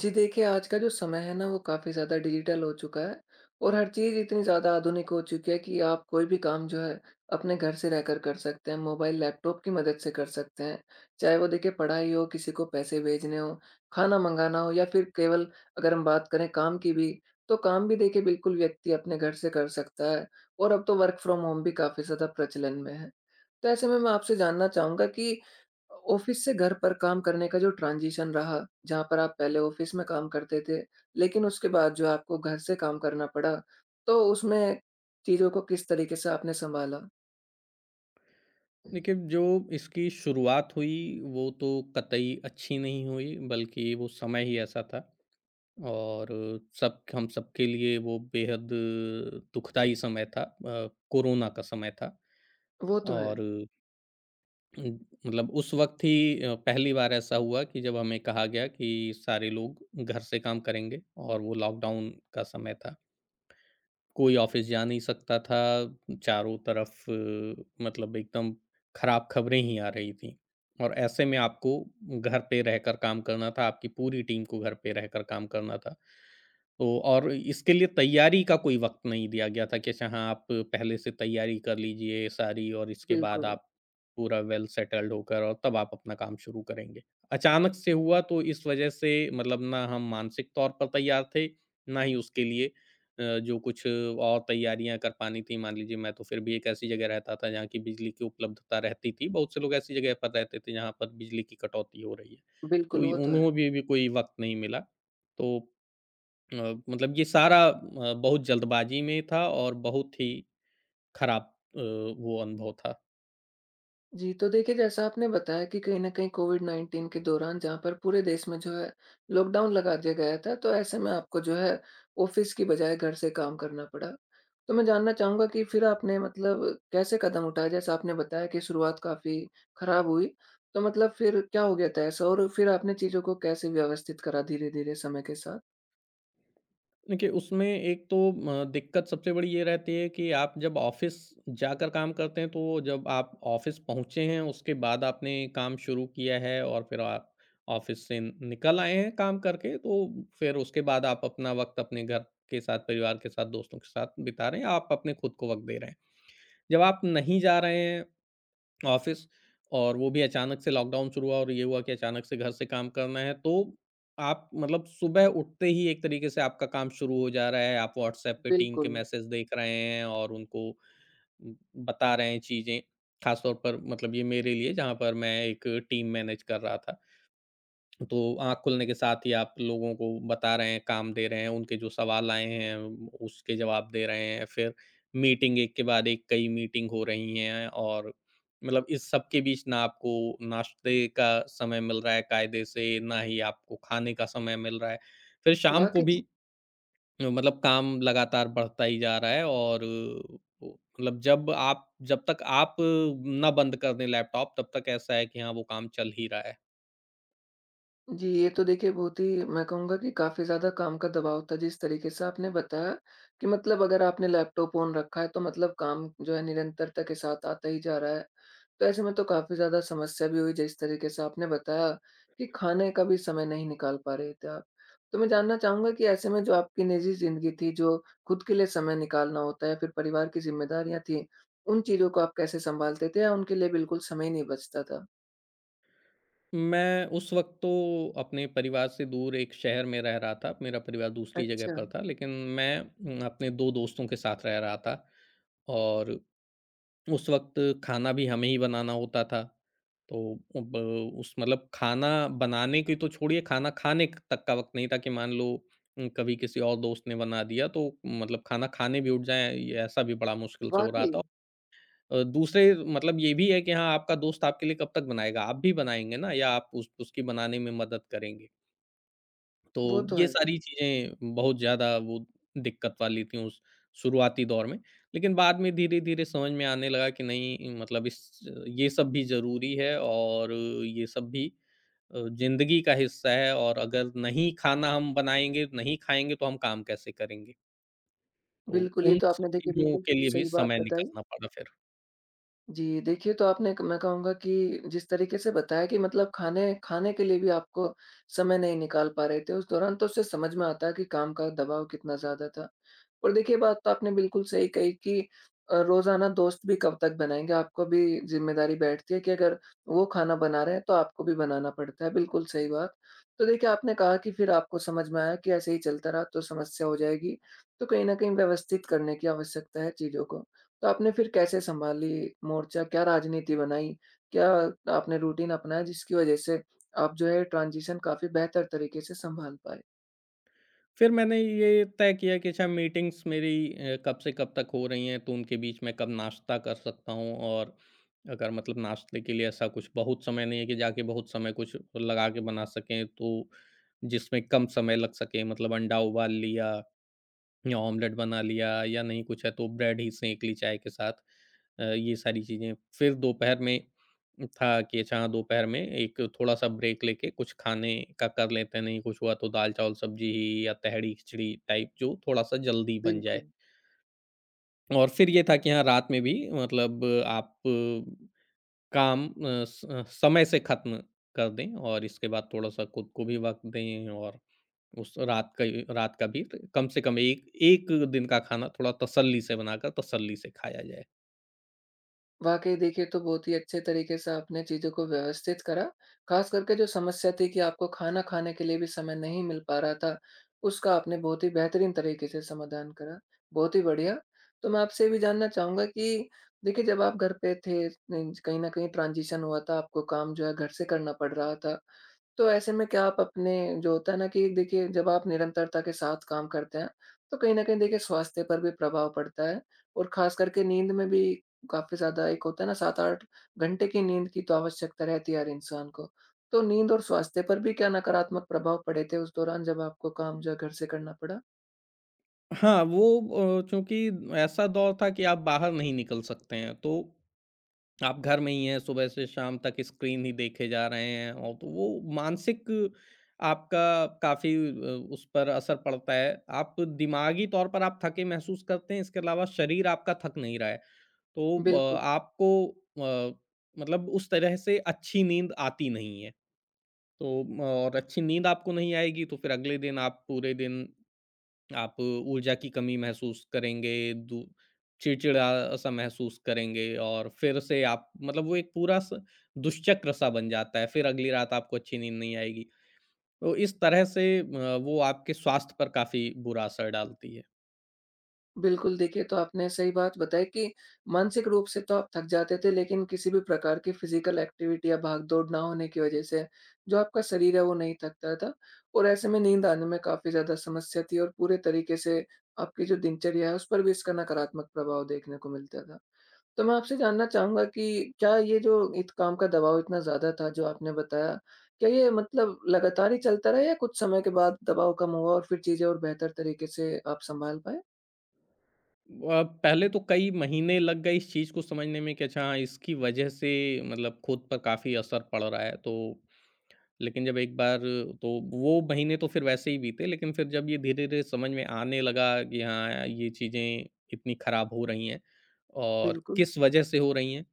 जी देखिए, आज का जो समय है ना, वो काफ़ी ज़्यादा डिजिटल हो चुका है और हर चीज़ इतनी ज़्यादा आधुनिक हो चुकी है कि आप कोई भी काम जो है, अपने घर से रहकर कर सकते हैं, मोबाइल, लैपटॉप की मदद से कर सकते हैं। चाहे वो देखिए पढ़ाई हो, किसी को पैसे भेजने हों, खाना मँगाना हो या फिर केवल अगर हम बात करें काम की भी, तो काम भी देखिए बिल्कुल व्यक्ति अपने घर से कर सकता है और अब तो वर्क फ्रॉम होम भी काफ़ी ज़्यादा प्रचलन में है। तो ऐसे में मैं आपसे जानना चाहूँगा कि ऑफिस से घर पर काम करने का जो ट्रांज़िशन रहा, जहाँ पर आप पहले ऑफिस में काम करते थे, लेकिन उसके बाद जो आपको घर से काम करना पड़ा, तो उसमें चीज़ों को किस तरीके से आपने सँभाला? देखिए, जो इसकी शुरुआत हुई, वो तो कतई अच्छी नहीं हुई। बल्कि वो समय ही ऐसा था और सब हम सबके लिए वो बेहद दुखदाई समय था। कोरोना का समय था वो तो है। और उम, मतलब उस वक़्त ही पहली बार ऐसा हुआ कि जब हमें कहा गया कि सारे लोग घर से काम करेंगे और वो लॉकडाउन का समय था। कोई ऑफिस जा नहीं सकता था। चारों तरफ मतलब एकदम खराब खबरें ही आ रही थी, और ऐसे में आपको घर पे रहकर काम करना था, आपकी पूरी टीम को घर पे रहकर काम करना था। तो और इसके लिए तैयारी का कोई वक़्त नहीं दिया गया था कि अच्छा हाँ, आप पहले से तैयारी कर लीजिए सारी और इसके बाद बिल्कुल, आप पूरा वेल सेटल्ड होकर और तब आप अपना काम शुरू करेंगे। अचानक से हुआ, तो इस वजह से मतलब ना हम मानसिक तौर पर तैयार थे, ना ही उसके लिए जो कुछ और तैयारियाँ कर पानी थी। मान लीजिए, मैं तो फिर भी एक ऐसी जगह रहता था जहाँ की बिजली की उपलब्धता रहती थी, बहुत से लोग ऐसी जगह पर रहते थे जहाँ पर बिजली की कटौती हो रही है। बिल्कुल, तो इ वो तो है। उन्हों भी कोई वक़्त नहीं मिला। तो अ, मतलब ये सारा बहुत जल्दबाज़ी में था और बहुत ही खराब अ, वो अनुभव था। जी, तो देखिए जैसा आपने बताया कि कहीं न कहीं कोविड-19 के दौरान जहाँ पर पूरे देश में जो है लॉकडाउन लगा दिया गया था, तो ऐसे में आपको जो है ऑफ़िस की बजाय घर से काम करना पड़ा। तो मैं जानना चाहूँगा कि फिर आपने मतलब कैसे कदम उठाए? जैसा आपने बताया कि शुरुआत काफ़ी खराब हुई, तो मतलब फिर क्या हो गया था ऐसा और फिर आपने चीज़ों को कैसे व्यवस्थित करा धीरे-धीरे समय के साथ? देखिए, उसमें एक तो दिक्कत सबसे बड़ी ये रहती है कि आप जब ऑफ़िस जाकर काम करते हैं, तो जब आप ऑफ़िस पहुँचे हैं, उसके बाद आपने काम शुरू किया है और फिर आप ऑफ़िस से निकल आए हैं काम करके, तो फिर उसके बाद आप अपना वक़्त अपने घर के साथ, परिवार के साथ, दोस्तों के साथ बिता रहे हैं, आप अपने खुद को वक़्त दे रहे हैं। जब आप नहीं जा रहे हैं ऑफ़िस, और वो भी अचानक से लॉकडाउन शुरू हुआ और ये हुआ कि अचानक से घर से काम करना है। तो आप मतलब सुबह उठते ही एक तरीके से आपका काम शुरू हो जा रहा है। आप व्हाट्सऐप पे टीम के बिल्कुल। मैसेज देख रहे हैं और उनको उम, बता रहे हैं चीज़ें। ख़ास तौर पर मतलब ये मेरे लिए, जहाँ पर मैं एक टीम मैनेज कर रहा था। तो आँख खुलने के साथ ही आप लोगों को बता रहे हैं, काम दे रहे हैं, उनके जो सवाल आए हैं उसके जवाब दे रहे हैं। फिर मीटिंग एक के बाद एक कई मीटिंग हो रही हैं, और मतलब इस सब के बीच ना आपको नाश्ते का समय मिल रहा है कायदे से, ना ही आपको खाने का समय मिल रहा है। फिर शाम को वाक़ई। भी मतलब काम लगातार बढ़ता ही जा रहा है, और वो मतलब, जब आप, जब तक आप ना बंद कर दें लैपटॉप, तब तक ऐसा है कि हाँ, वो काम चल ही रहा है। जी, ये तो देखिए बहुत ही मैं कहूँगा कि काफ़ी ज़्यादा काम का दबाव था जिस तरीके से आपने बताया कि मतलब अगर आपने लैपटॉप ऑन रखा है तो मतलब काम जो है निरंतरता के साथ आता ही जा रहा है। तो ऐसे में तो काफ़ी ज़्यादा समस्या भी हुई जिस तरीके से आपने बताया कि खाने का भी समय नहीं निकाल पा रहे थे आप। तो मैं जानना चाहूँगा कि ऐसे में जो आपकी निजी ज़िंदगी थी जो खुद के लिए समय निकालना होता है या फिर परिवार की ज़िम्मेदारियाँ थी, उन चीज़ों को आप कैसे सँभालते थे या उनके लिए बिल्कुल समय ही नहीं बचता था? मैं उस वक़्त तो अपने परिवार से दूर एक शहर में रह रहा था, मेरा परिवार दूसरी जगह अच्छा। पर था, लेकिन मैं अपने 2 दोस्तों के साथ रह रहा था और उस वक़्त खाना भी हमें ही बनाना होता था। तो अब उस मतलब खाना बनाने की तो छोड़िए, खाना खाने क तक का वक़्त नहीं था कि मान लो कभी किसी और दोस्त ने बना दिया, तो मतलब खाना खाने भी उठ जाएँ, ये ऐसा भी बड़ा मुश्किल से हो रहा वाक़ई! था। दूसरे मतलब ये भी है कि हाँ, आपका दोस्त आपके लिए कब तक बनाएगा? आप भी बनाएँगे ना, या आप उस उसकी बनाने में मदद करेंगे। तो वो तो ये है। सारी चीज़ें बहुत ज़्यादा वो दिक्कत वाली थी, उस शुरुआती दौर में। लेकिन बाद में धीरे-धीरे समझ में आने लगा कि नहीं, मतलब इस ये सब भी ज़रूरी है, और ये सब भी ज़िंदगी का हिस्सा है। और अगर नहीं खाना हम बनाएँगे, नहीं खाएँगे, तो हम काम कैसे करेंगे? तो बिल्कुल, ये उन तो सब आपने देखिए चीज़ों बिल्कुल के लिए भी सही समय बात बताई। निकालना पड़ा फिर। जी, देखिए तो आपने क मैं कहूँगा कि जिस तरीके से बताया कि मतलब खाने खाने के लिए भी आपको समय नहीं निकाल पा रहे थे उस दौरान, तो उससे समझ में आता है कि काम का दबाव कितना ज़्यादा था। और देखिए बात तो आपने बिल्कुल सही कही कि रोज़ाना दोस्त भी कब तक बनाएँगे, आपको भी ज़िम्मेदारी बैठती है कि अगर वो खाना बना रहे हैं, तो आपको भी बनाना पड़ता है, बिल्कुल सही बात। तो देखिए आपने कहा कि फिर आपको समझ में आया कि ऐसे ही चलता रहा तो समस्या हो जाएगी, तो कहीं न कहीं व्यवस्थित करने की आवश्यकता है चीज़ों को। तो आपने फिर कैसे सँभाली मोर्चा? क्या राजनीति बनाई? क्या आपने रूटीन अपनाया जिसकी वजह से आप जो है ट्रांज़िशन काफ़ी बेहतर तरीके से सँभाल पाए? फिर मैंने ये तय किया कि अच्छा मीटिंग्स मेरी कब से कब तक हो रही हैं, तो उनके बीच मैं कब नाश्ता कर सकता हूँ। और अगर मतलब नाश्ते के लिए ऐसा कुछ बहुत समय नहीं है कि जाके बहुत समय कुछ लगा के बना सकें, तो जिसमें कम समय लग सके, मतलब अंडा उबाल लिया, या ऑमलेट बना लिया, या नहीं कुछ है तो ब्रेड ही सेंक ली चाय के साथ। ये सारी चीज़ें। फिर दोपहर में था कि अच्छा हाँ, दोपहर में एक थोड़ा-सा ब्रेक लेके कुछ खाने का कर लेते हैं, नहीं कुछ हुआ तो दाल-चावल सब्जी ही या तहरी-खिचड़ी टाइप, जो थोड़ा-सा जल्दी बन जाए। बिल्कुल। और फिर ये था कि हाँ, रात में भी मतलब आप काम समय से ख़त्म कर दें, और इसके बाद थोड़ा-सा खुद को भी वक़्त दें। और उस रात का ही, रात का भी, तो कम से कम एक 1 दिन का खाना थोड़ा तसल्ली से बनाकर तसल्ली से खाया जाए। वाक़ई देखिए तो बहुत ही अच्छे तरीके से आपने चीज़ों को व्यवस्थित करा, ख़ास करके जो समस्या थी कि आपको खाना खाने के लिए भी समय नहीं मिल पा रहा था, उसका आपने बहुत ही बेहतरीन तरीके से समाधान करा, बहुत ही बढ़िया। तो मैं आपसे ये भी जानना चाहूँगा कि देखिए जब आप घर पे थे, कहीं न कहीं ट्रांज़िशन हुआ था, आपको काम जो है घर से करना पड़ रहा था। तो ऐसे में क्या आप अपने जो होता है ना कि देखिए जब आप निरंतरता के साथ काम करते हैं, तो कहीं न कहीं देखिए स्वास्थ्य पर भी प्रभाव पड़ता है और ख़ास करके नींद में भी काफ़ी ज़्यादा एक होता है ना 7-8 घंटे की नींद की तो आवश्यकता रहती है हर इंसान को। तो नींद और स्वास्थ्य पर भी क्या नकारात्मक प्रभाव पड़े थे उस दौरान जब आपको काम जो है घर से करना पड़ा? हाँ, वो चूँकि ऐसा दौर था कि आप बाहर नहीं निकल सकते हैं, तो आप घर में ही हैं, सुबह से शाम तक स्क्रीन ही देखे जा रहे हैं, और तो वो मानसिक, आपका काफ़ी उस पर असर पड़ता है। आप दिमागी तौर पर आप थके महसूस करते हैं, इसके अलावा शरीर आपका थक नहीं रहा है। तो ब बिल्कुल। आपको अ, मतलब उस तरह से अच्छी नींद आती नहीं है। तो म और अच्छी नींद आपको नहीं आएगी, तो फिर अगले दिन आप पूरे दिन आप ऊर्जा की कमी महसूस करेंगे, दू चिड़चिड़ा-सा महसूस करेंगे, और फिर से आप मतलब वो एक पूरा स दुष्चक्र-सा बन जाता है, फिर अगली रात आपको अच्छी नींद नहीं आएगी। तो इस तरह से वो आपके स्वास्थ्य पर काफ़ी बुरा असर डालती है। बिल्कुल, देखिए तो आपने सही बात बताई कि मानसिक रूप से तो आप थक जाते थे लेकिन किसी भी प्रकार की फ़िज़िकल एक्टिविटी या भाग-दौड़ ना होने की वज़ह से, जो आपका शरीर है वो नहीं थकता था और ऐसे में नींद आने में काफ़ी ज़्यादा समस्या थी और पूरे तरीके से आपकी जो दिनचर्या है उस पर भी इसका नकारात्मक प्रभाव देखने को मिलता था। तो मैं आपसे जानना चाहूँगा कि क्या ये जो इत काम का दबाव इतना ज़्यादा था जो आपने बताया, क्या ये मतलब लगातार ही चलता रहा या कुछ समय के बाद दबाव कम हुआ और फिर चीज़ें और बेहतर तरीके से आप सँभाल पाए? पहले तो कई महीने लग गए इस चीज़ को समझने में, कि अच्छा हाँ, इसकी वजह से मतलब खुद पर काफ़ी असर पड़ रहा है, तो। लेकिन जब एक बार, तो वो महीने तो फिर वैसे ही बीते, लेकिन फिर जब ये धीरे-धीरे समझ में आने लगा कि हाँ, ये चीज़ें इतनी खराब हो रही हैं और बिल्कुल। किस वजह से हो रही हैं,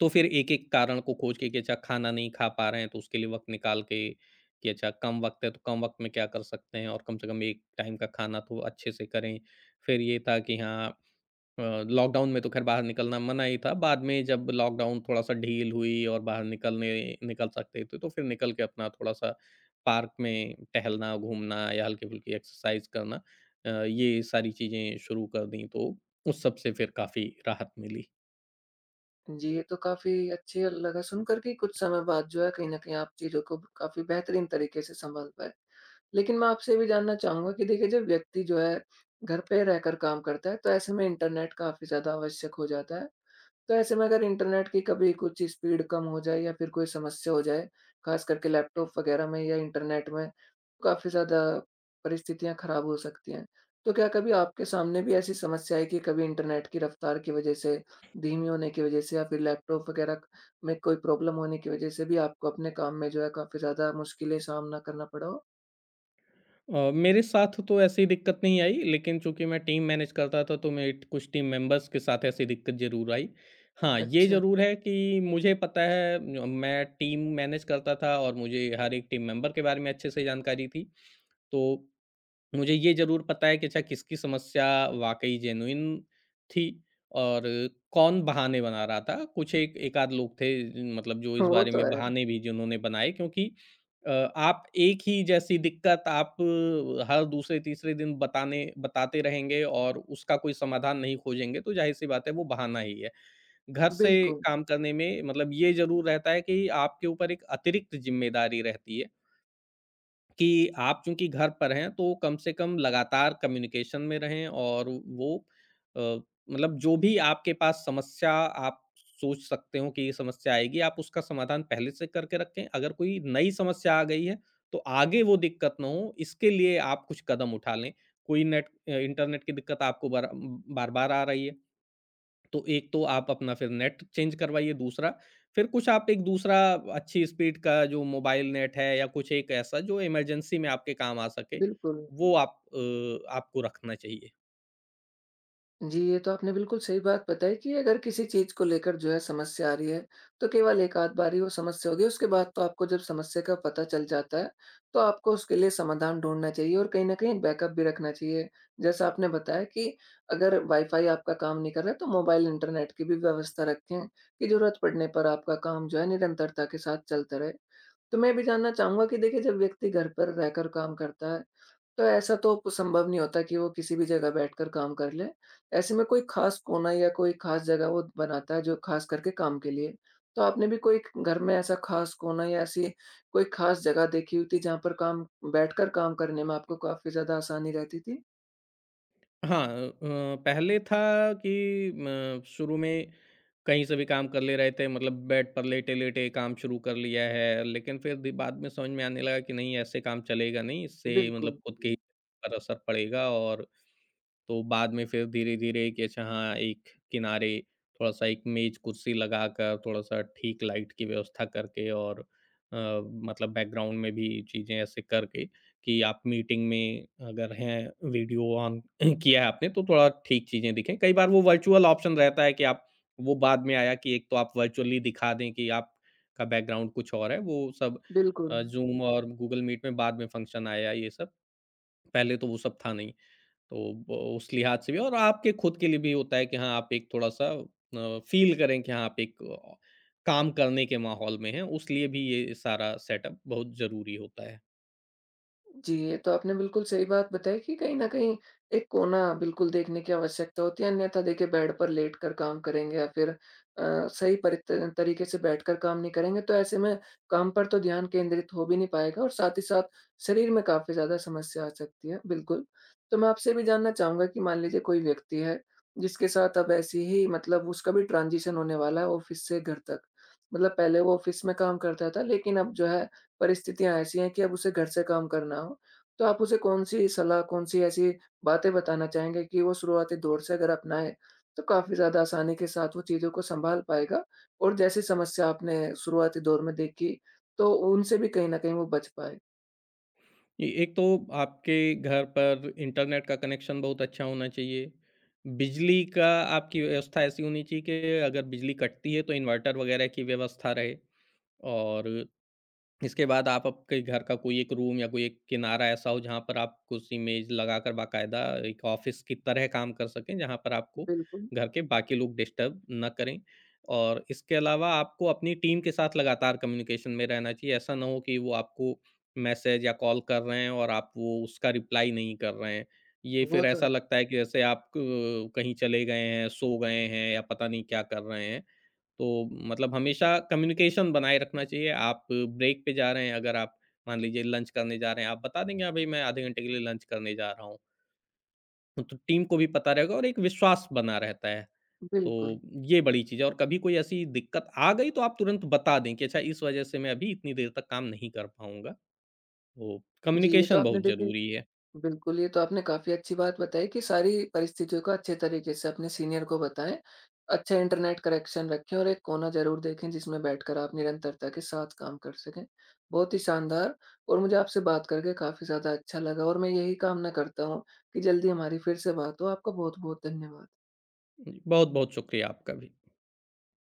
तो फिर एक-एक कारण को खोज के कि अच्छा खाना नहीं खा पा रहे हैं, तो उसके लिए वक़्त निकाल के कि अच्छा कम वक़्त है, तो कम वक़्त में क्या कर सकते हैं, और कम से कम एक टाइम का खाना तो अच्छे से करें। फिर ये था कि हाँ, लॉकडाउन में तो ख़ैर बाहर निकलना मना ही था। बाद में जब लॉकडाउन थोड़ा-सा ढील हुई और बाहर निकलने निकल सकते थे, तो फिर निकल के अपना थोड़ा-सा पार्क में टहलना, घूमना या हल्की-फुल्की एक्सरसाइज़ करना, ये सारी चीज़ें शुरू कर दी, तो उस सब से फिर काफ़ी राहत मिली। जी, ये तो काफ़ी अच्छी लगा सुनकर कि कुछ समय बाद जो है, कहीं न कहीं आप चीज़ों को काफ़ी बेहतरीन तरीके से सँभाल पाए। लेकिन मैं आपसे ये भी जानना चाहूँगा कि देखिए जब व्यक्ति जो है, घर पे रहकर काम करता है, तो ऐसे में इंटरनेट काफ़ी ज़्यादा आवश्यक हो जाता है। तो ऐसे में अगर इंटरनेट की कभी कुछ स्पीड कम हो जाए या फिर कोई समस्या हो जाए, ख़ास करके लैपटॉप वग़ैरह में या इंटरनेट में, तो काफ़ी ज़्यादा परिस्थितियाँ ख़राब हो सकती हैं। तो क्या कभी आपके सामने भी ऐसी समस्या आई कि कभी इंटरनेट की रफ़्तार की वज़ह से, धीमी होने की वज़ह से या फिर लैपटॉप वग़ैरह में कोई प्रॉब्लम होने की वज़ह से भी आपको अपने काम में जो है काफ़ी ज़्यादा मुश्किलें सामना करना पड़ा हो? मेरे साथ तो ऐसी दिक्कत नहीं आई, लेकिन चूँकि मैं टीम मैनेज करता था, तो मेरे कुछ टीम मेंबर्स के साथ ऐसी दिक्कत ज़रूर आई। हाँ, ये अच्छा। ज़रूर है कि मुझे पता है, म मैं टीम मैनेज करता था और मुझे हर एक टीम मेंबर के बारे में अच्छे से जानकारी थी। तो मुझे ये ज़रूर पता है कि अच्छा किसकी समस्या वाक़ई जेनुइन थी, और कौन बहाने बना रहा था। कुछ एक एक आध लोग थे, मतलब जो इस वो बारे तो में है। बहाने भी जिन्होंने बनाए, क्योंकि आप एक ही जैसी दिक्कत आप हर दूसरे तीसरे दिन बताने बताते रहेंगे और उसका कोई समाधान नहीं खोजेंगे, तो ज़ाहिर-सी बात है वो बहाना ही है। घर से बिल्कुल, काम करने में मतलब ये ज़रूर रहता है कि आपके ऊपर एक अतिरिक्त ज़िम्मेदारी रहती है। कि आप चूँकि घर पर हैं, तो कम से कम लगातार कम्युनिकेशन में रहें, और वो अ, मतलब जो भी आपके पास समस्या, आप सोच सकते हो कि ये समस्या आएगी, आप उसका समाधान पहले से करके रखें। अगर कोई नई समस्या आ गई है, तो आगे वो दिक्कत ना हो, इसके लिए आप कुछ कदम उठा लें। कोई इंटरनेट की दिक्कत आपको बार-बार आ रही है, तो एक तो आप अपना फिर नेट चेंज करवाइए। दूसरा, फिर कुछ आप एक दूसरा, अच्छी स्पीड का जो मोबाइल नेट है, या कुछ एक ऐसा जो इमरजेंसी में आपके काम आ सके, बिल्कुल। वो आपको रखना चाहिए। जी, ये तो आपने बिल्कुल सही बात बताई कि अगर किसी चीज़ को लेकर जो है समस्या आ रही है, तो केवल एक आध बार ही वो समस्या होगी, उसके बाद तो आपको जब समस्या का पता चल जाता है, तो आपको उसके लिए समाधान ढूँढना चाहिए और कहीं न कहीं बैकअप भी रखना चाहिए। जैसा आपने बताया कि अगर वाईफ़ाई आपका काम नहीं कर रहा है, तो मोबाइल इंटरनेट की भी व्यवस्था रखें कि ज़रूरत पड़ने पर आपका काम जो है निरंतरता के साथ चलता रहे। तो मैं भी जानना चाहूँगा कि देखिए जब व्यक्ति घर पर रहकर काम करता है, तो ऐसा तो प संभव नहीं होता कि वो किसी भी जगह बैठकर काम कर ले। ऐसे में कोई ख़ास कोना या कोई ख़ास जगह वो बनाता है जो ख़ास करके काम के लिए। तो आपने भी कोई घर में ऐसा ख़ास कोना या ऐसी कोई ख़ास जगह देखी हुई थी जहाँ पर काम बैठकर काम करने में आपको काफ़ी ज़्यादा आसानी रहती थी? हाँ, पहले था कि म शुरू में कहीं से भी काम कर ले रहे थे, मतलब बेड पर लेटे-लेटे काम शुरू कर लिया है। लेकिन फिर दी बाद में समझ में आने लगा कि नहीं ऐसे काम चलेगा नहीं, इससे मतलब बिल्कुल। खुद के ही पर असर पड़ेगा। और तो बाद में फिर धीरे-धीरे कि अच्छा हाँ, एक किनारे थोड़ा-सा एक मेज़ कुर्सी लगाकर, थोड़ा-सा ठीक लाइट की व्यवस्था करके और अ, मतलब बैकग्राउंड में भी चीज़ें ऐसे करके कि आप मीटिंग में अगर हैं, वीडियो ऑन किया है आपने, तो थोड़ा ठीक चीज़ें दिखें। कई बार वो वर्चुअल ऑप्शन रहता है कि आप, वो बाद में आया कि एक तो आप वर्चुअली दिखा दें कि आपका बैकग्राउंड कुछ और है, वो सब बिल्कुल। ज़ूम और गूगल मीट में बाद में फंक्शन आया ये सब, पहले तो वो सब था नहीं। तो ब उस लिहाज से भी और आपके खुद के लिए भी होता है कि हाँ, आप एक थोड़ा-सा फ़ील करें कि हाँ, आप एक काम करने के माहौल में हैं, उस लिए भी ये सारा सेटअप बहुत ज़रूरी होता है। जी, ये तो आपने बिल्कुल सही बात बताई कि कहीं न कहीं एक कोना बिल्कुल देखने की आवश्यकता होती है, अन्यथा देखिए बेड पर लेट कर काम करेंगे या फिर सही परित तरीके से बैठकर काम नहीं करेंगे, तो ऐसे में काम पर तो ध्यान केंद्रित हो भी नहीं पाएगा और साथ ही साथ शरीर में काफ़ी ज़्यादा समस्या आ सकती है, बिल्कुल। तो मैं आपसे भी जानना चाहूँगा कि मान लीजिए कोई व्यक्ति है, जिसके साथ अब ऐसी ही मतलब उसका भी ट्रांज़िशन होने वाला है ऑफ़िस से घर तक। मतलब पहले वो ऑफ़िस में काम करता था, लेकिन अब जो है परिस्थितियाँ ऐसी हैं कि अब उसे घर से काम करना हो, तो आप उसे कौन-सी सलाह, कौन-सी ऐसी बातें बताना चाहेंगे कि वो शुरुआती दौर से अगर अपनाए, तो काफ़ी ज़्यादा आसानी के साथ वो चीज़ों को सँभाल पाएगा और जैसी समस्या आपने शुरुआती दौर में देखी, तो उनसे भी कहीं न कहीं वो बच पाए? ए एक तो आपके घर पर इंटरनेट का कनेक्शन बहुत अच्छा होना चाहिए। बिजली का आपकी व्यवस्था ऐसी होनी चाहिए कि अगर बिजली कटती है, तो इन्वर्टर वगैरह की व्यवस्था रहे। और इसके बाद आप, आपके घर का कोई एक रूम या कोई एक किनारा ऐसा हो जहाँ पर आप कुछ इमेज लगाकर बाकायदा एक ऑफिस की तरह काम कर सकें, जहाँ पर आपको बिल्कुल, घर के बाकी लोग डिस्टर्ब ना करें। और इसके अलावा आपको अपनी टीम के साथ लगातार कम्युनिकेशन में रहना चाहिए। ऐसा ना हो कि वो आपको मैसेज या कॉल कर रहे हैं और आप वो उसका रिप्लाई नहीं कर रहे हैं। ये वो फिर तो ऐसा है। लगता है कि जैसे आप क कहीं चले गए हैं, सो गए हैं, या पता नहीं क्या कर रहे हैं। तो मतलब हमेशा कम्युनिकेशन बनाए रखना चाहिए। आप ब्रेक पे जा रहे हैं, अगर आप मान लीजिए लंच करने जा रहे हैं, आप बता देंगे, "हाँ भाई, मैं आधे घंटे के लिए लंच करने जा रहा हूँ।" तो टीम को भी पता रहेगा और एक विश्वास बना रहता है। बिल्कुल। तो ये बड़ी चीज़ है, और कभी कोई ऐसी दिक्कत आ गई, तो आप तुरंत बता दें कि अच्छा इस वज़ह से मैं अभी इतनी देर तक काम नहीं कर पाऊँगा। तो जी, ये तो कम्युनिकेशन आपने बहुत देखिए ज़रूरी है। बिल्कुल, ये तो आपने काफ़ी अच्छी बात बताई कि सारी परिस्थितियों को अच्छे तरीके से अपने सीनियर को बताएँ। अच्छा इंटरनेट कनेक्शन रखें और एक कोना ज़रूर देखें जिसमें बैठकर आप निरंतरता के साथ काम कर सकें। बहुत ही शानदार और मुझे आपसे बात करके काफ़ी ज़्यादा अच्छा लगा और मैं यही कामना करता हूँ कि जल्दी हमारी फिर से बात हो। आपका बहुत-बहुत धन्यवाद। जी, बहुत-बहुत शुक्रिया आपका भी।